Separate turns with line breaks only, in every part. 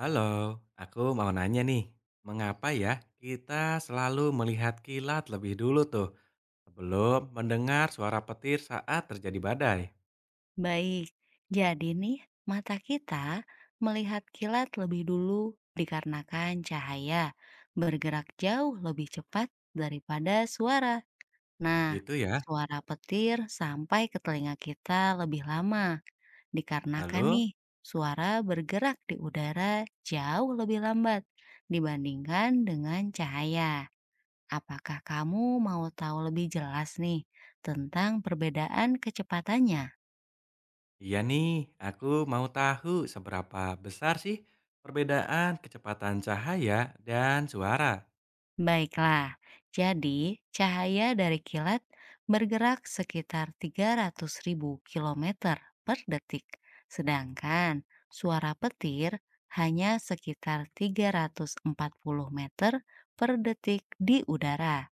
Halo, aku mau nanya nih, mengapa ya kita selalu melihat kilat lebih dulu tuh sebelum mendengar suara petir saat terjadi badai?
Baik, jadi nih mata kita melihat kilat lebih dulu dikarenakan cahaya bergerak jauh lebih cepat daripada suara. Nah,
Gitu ya.
suara petir sampai ke telinga kita lebih lama dikarenakan
Lalu,
nih suara bergerak di udara jauh lebih lambat dibandingkan dengan cahaya. Apakah kamu mau tahu lebih jelas nih tentang perbedaan kecepatannya?
iya nih, aku mau tahu seberapa besar sih perbedaan kecepatan cahaya dan suara.
Baiklah, jadi cahaya dari kilat bergerak sekitar 300.000 kilometer per detik, sedangkan suara petir hanya sekitar 340 meter per detik di udara.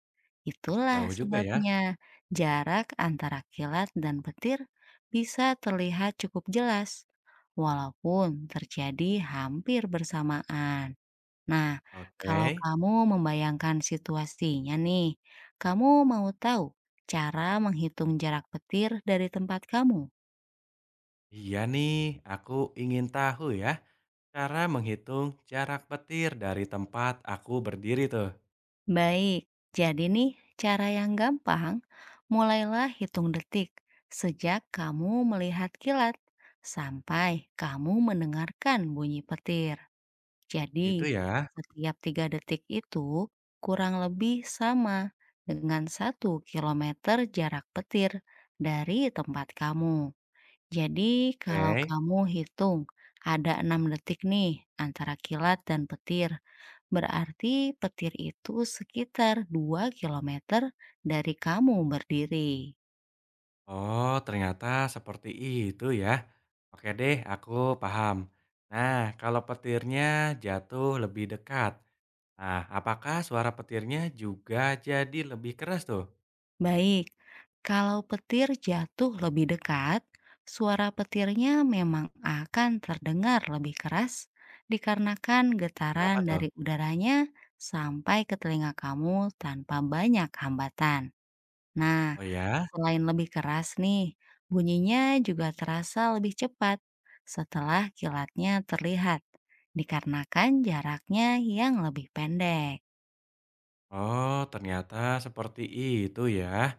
Itulah
Jauh juga ya.
sebabnya jarak antara kilat dan petir bisa terlihat cukup jelas, walaupun terjadi hampir bersamaan. Nah, kalau
Oke.
kamu membayangkan situasinya nih, kamu mau tahu cara menghitung jarak petir dari tempat kamu?
Iya nih, aku ingin tahu ya cara menghitung jarak petir dari tempat aku berdiri tuh.
Baik, jadi nih cara yang gampang, mulailah hitung detik sejak kamu melihat kilat sampai kamu mendengarkan bunyi petir.
Gitu
Jadi,
ya.
setiap tiga detik itu kurang lebih sama dengan satu kilometer jarak petir dari tempat kamu. Jadi, kalau
Oke.
kamu hitung ada enam detik nih antara kilat dan petir, berarti petir itu sekitar 2 kilometer dari kamu berdiri.
Oh, ternyata seperti itu ya. Oke deh, aku paham. Nah, kalau petirnya jatuh lebih dekat, nah, apakah suara petirnya juga jadi lebih keras tuh?
Baik, kalau petir jatuh lebih dekat, suara petirnya memang akan terdengar lebih keras dikarenakan getaran
Kenapa tuh?
dari udaranya sampai ke telinga kamu tanpa banyak hambatan. Nah,
Oh ya?
selain lebih keras nih, bunyinya juga terasa lebih cepat setelah kilatnya terlihat, dikarenakan jaraknya yang lebih pendek.
Oh, ternyata seperti itu ya.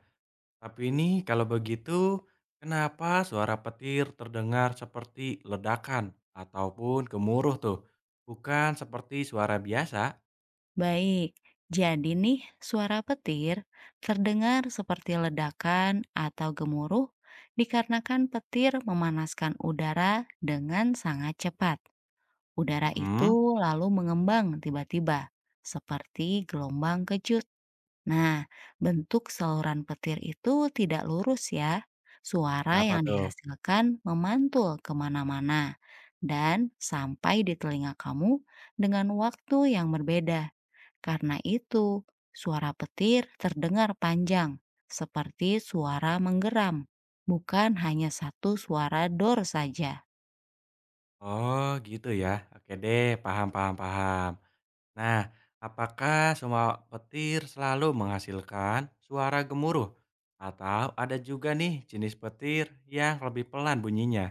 Tapi ini kalau begitu, kenapa suara petir terdengar seperti ledakan ataupun gemuruh tuh? Bukan seperti suara biasa?
Baik, jadi nih suara petir terdengar seperti ledakan atau gemuruh dikarenakan petir memanaskan udara dengan sangat cepat. Udara
Mm-mm.
itu lalu mengembang tiba-tiba, seperti gelombang kejut. Nah, bentuk saluran petir itu tidak lurus ya. Suara
Kenapa
yang
tuh?
dihasilkan memantul kemana-mana dan sampai di telinga kamu dengan waktu yang berbeda. Karena itu, suara petir terdengar panjang, seperti suara menggeram, bukan hanya satu suara dor saja.
Oh, gitu ya. Oke deh, paham paham paham. Nah, apakah semua petir selalu menghasilkan suara gemuruh? Atau ada juga nih jenis petir yang lebih pelan bunyinya?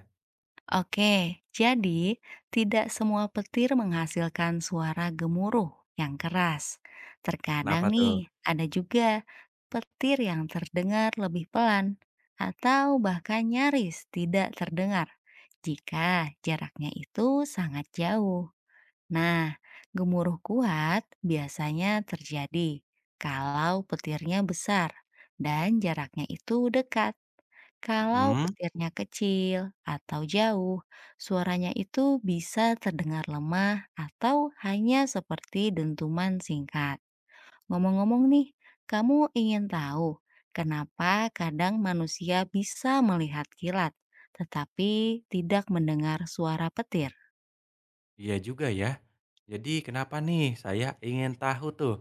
Oke, jadi tidak semua petir menghasilkan suara gemuruh yang keras.
Kenapa
Terkadang
tuh?
nih, ada juga petir yang terdengar lebih pelan atau bahkan nyaris tidak terdengar jika jaraknya itu sangat jauh. Nah, gemuruh kuat biasanya terjadi kalau petirnya besar dan jaraknya itu dekat. Kalau
Mm-mm,
petirnya kecil atau jauh, suaranya itu bisa terdengar lemah atau hanya seperti dentuman singkat. Ngomong-ngomong nih, kamu ingin tahu kenapa kadang manusia bisa melihat kilat tetapi tidak mendengar suara petir?
iya juga ya. Jadi kenapa nih saya ingin tahu tuh,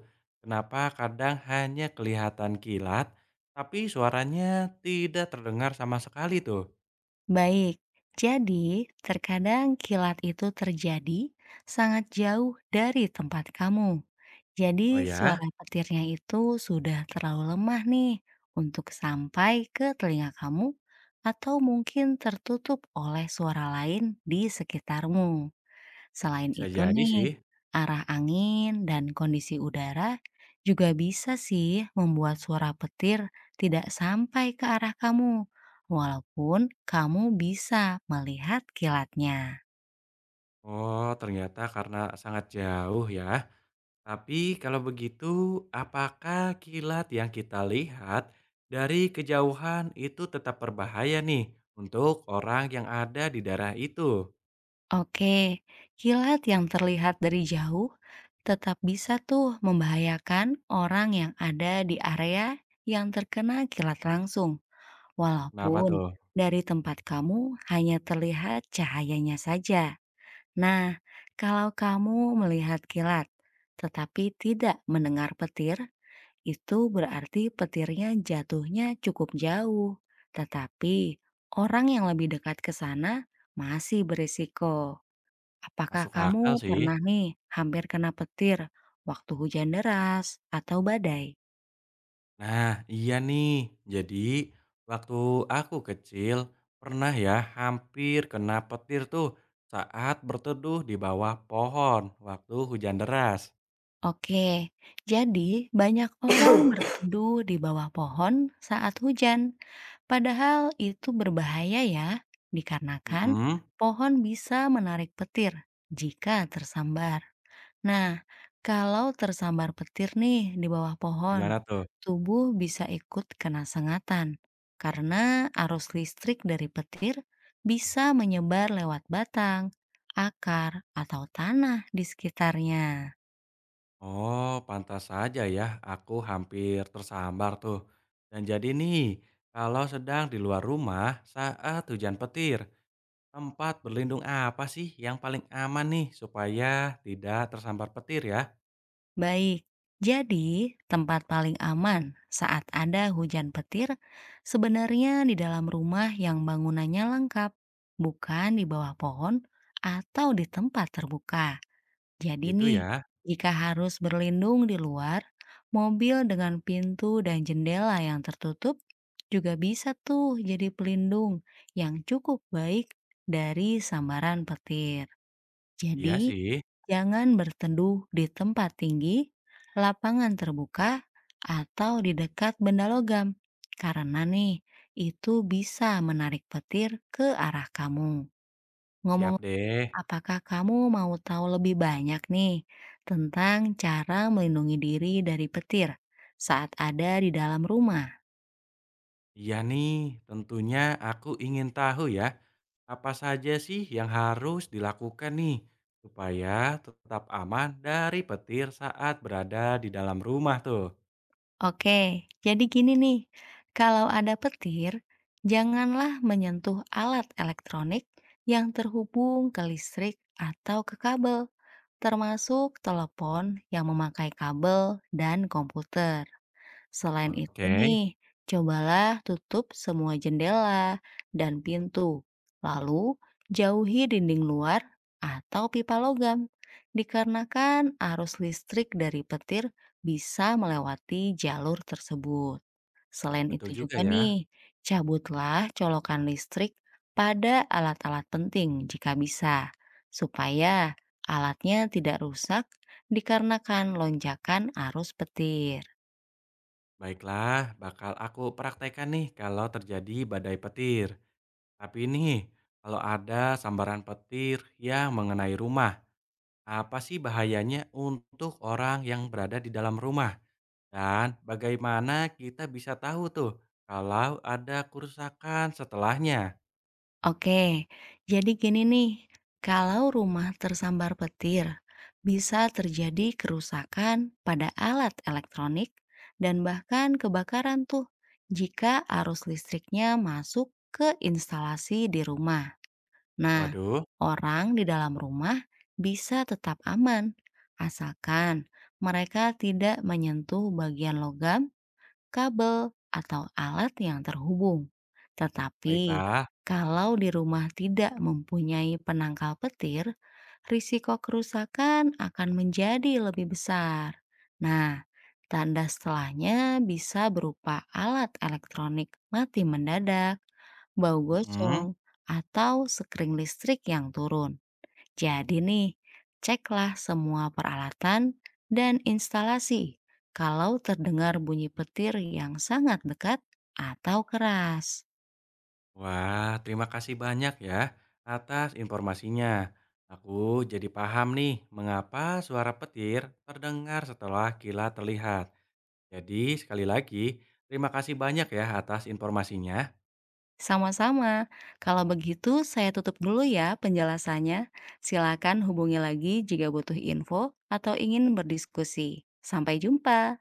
kenapa kadang hanya kelihatan kilat, tapi suaranya tidak terdengar sama sekali tuh?
Baik, jadi terkadang kilat itu terjadi sangat jauh dari tempat kamu. Jadi
Oh ya,
suara petirnya itu sudah terlalu lemah nih untuk sampai ke telinga kamu atau mungkin tertutup oleh suara lain di sekitarmu. Selain
bisa
itu
jadi sih.
nih, arah angin dan kondisi udara juga bisa sih membuat suara petir tidak sampai ke arah kamu, walaupun kamu bisa melihat kilatnya.
Oh, ternyata karena sangat jauh ya. Tapi kalau begitu, apakah kilat yang kita lihat dari kejauhan itu tetap berbahaya nih untuk orang yang ada di daerah itu?
Oke, kilat yang terlihat dari jauh tetap bisa tuh membahayakan orang yang ada di area yang terkena kilat langsung.
Kenapa
Walaupun
tuh?
dari tempat kamu hanya terlihat cahayanya saja. Nah, kalau kamu melihat kilat tetapi tidak mendengar petir, itu berarti petirnya jatuhnya cukup jauh. Tetapi orang yang lebih dekat ke sana masih berisiko. Apakah
Masuk
kamu
akal sih.
pernah nih hampir kena petir waktu hujan deras atau badai?
Nah, iya nih. Jadi, waktu aku kecil pernah ya hampir kena petir tuh saat berteduh di bawah pohon waktu hujan deras.
Oke, jadi banyak orang berteduh di bawah pohon saat hujan, padahal itu berbahaya ya, dikarenakan
Mm-mm.
pohon bisa menarik petir jika tersambar. Nah, kalau tersambar petir nih di bawah pohon,
Gimana tuh?
tubuh bisa ikut kena sengatan karena arus listrik dari petir bisa menyebar lewat batang, akar, atau tanah di sekitarnya.
Oh, pantas saja ya aku hampir tersambar tuh. Dan jadi nih, kalau sedang di luar rumah saat hujan petir, tempat berlindung apa sih yang paling aman nih supaya tidak tersambar petir ya?
Baik, jadi tempat paling aman saat ada hujan petir sebenarnya di dalam rumah yang bangunannya lengkap, bukan di bawah pohon atau di tempat terbuka. Jadi
Gitu
nih,
ya.
jika harus berlindung di luar, mobil dengan pintu dan jendela yang tertutup juga bisa tuh jadi pelindung yang cukup baik dari sambaran petir.
Iya
Jadi,
sih,
jangan berteduh di tempat tinggi, lapangan terbuka, atau di dekat benda logam. Karena nih, itu bisa menarik petir ke arah kamu.
siap
Ngomong
deh.
Apakah kamu mau tahu lebih banyak nih tentang cara melindungi diri dari petir saat ada di dalam rumah?
Iya nih, tentunya aku ingin tahu ya, apa saja sih yang harus dilakukan nih supaya tetap aman dari petir saat berada di dalam rumah tuh.
Oke, jadi gini nih, kalau ada petir, janganlah menyentuh alat elektronik yang terhubung ke listrik atau ke kabel, termasuk telepon yang memakai kabel dan komputer. Selain itu
Oke.
nih, cobalah tutup semua jendela dan pintu. Lalu, jauhi dinding luar atau pipa logam. Dikarenakan arus listrik dari petir bisa melewati jalur tersebut. Selain
Betul
itu
juga
juga
ya.
nih, cabutlah colokan listrik pada alat-alat penting jika bisa, supaya alatnya tidak rusak dikarenakan lonjakan arus petir.
Baiklah, bakal aku praktekkan nih kalau terjadi badai petir. Tapi ini, kalau ada sambaran petir yang mengenai rumah, apa sih bahayanya untuk orang yang berada di dalam rumah? Dan bagaimana kita bisa tahu tuh kalau ada kerusakan setelahnya?
Oke, jadi gini nih, kalau rumah tersambar petir, bisa terjadi kerusakan pada alat elektronik dan bahkan kebakaran tuh jika arus listriknya masuk ke instalasi di rumah. Nah,
Waduh,
orang di dalam rumah bisa tetap aman, asalkan mereka tidak menyentuh bagian logam kabel, atau alat yang terhubung. Tetapi,
baiklah.
kalau di rumah tidak mempunyai penangkal petir, risiko kerusakan akan menjadi lebih besar. Nah, tanda setelahnya bisa berupa alat elektronik mati mendadak, bau
Mm-mm.
gosong, atau sekring listrik yang turun. Jadi nih, ceklah semua peralatan dan instalasi kalau terdengar bunyi petir yang sangat dekat atau keras.
Wah, terima kasih banyak ya atas informasinya. Aku jadi paham nih mengapa suara petir terdengar setelah kilat terlihat. Jadi, sekali lagi, terima kasih banyak ya atas informasinya.
Sama-sama, kalau begitu saya tutup dulu ya penjelasannya. Silakan hubungi lagi jika butuh info atau ingin berdiskusi. Sampai jumpa.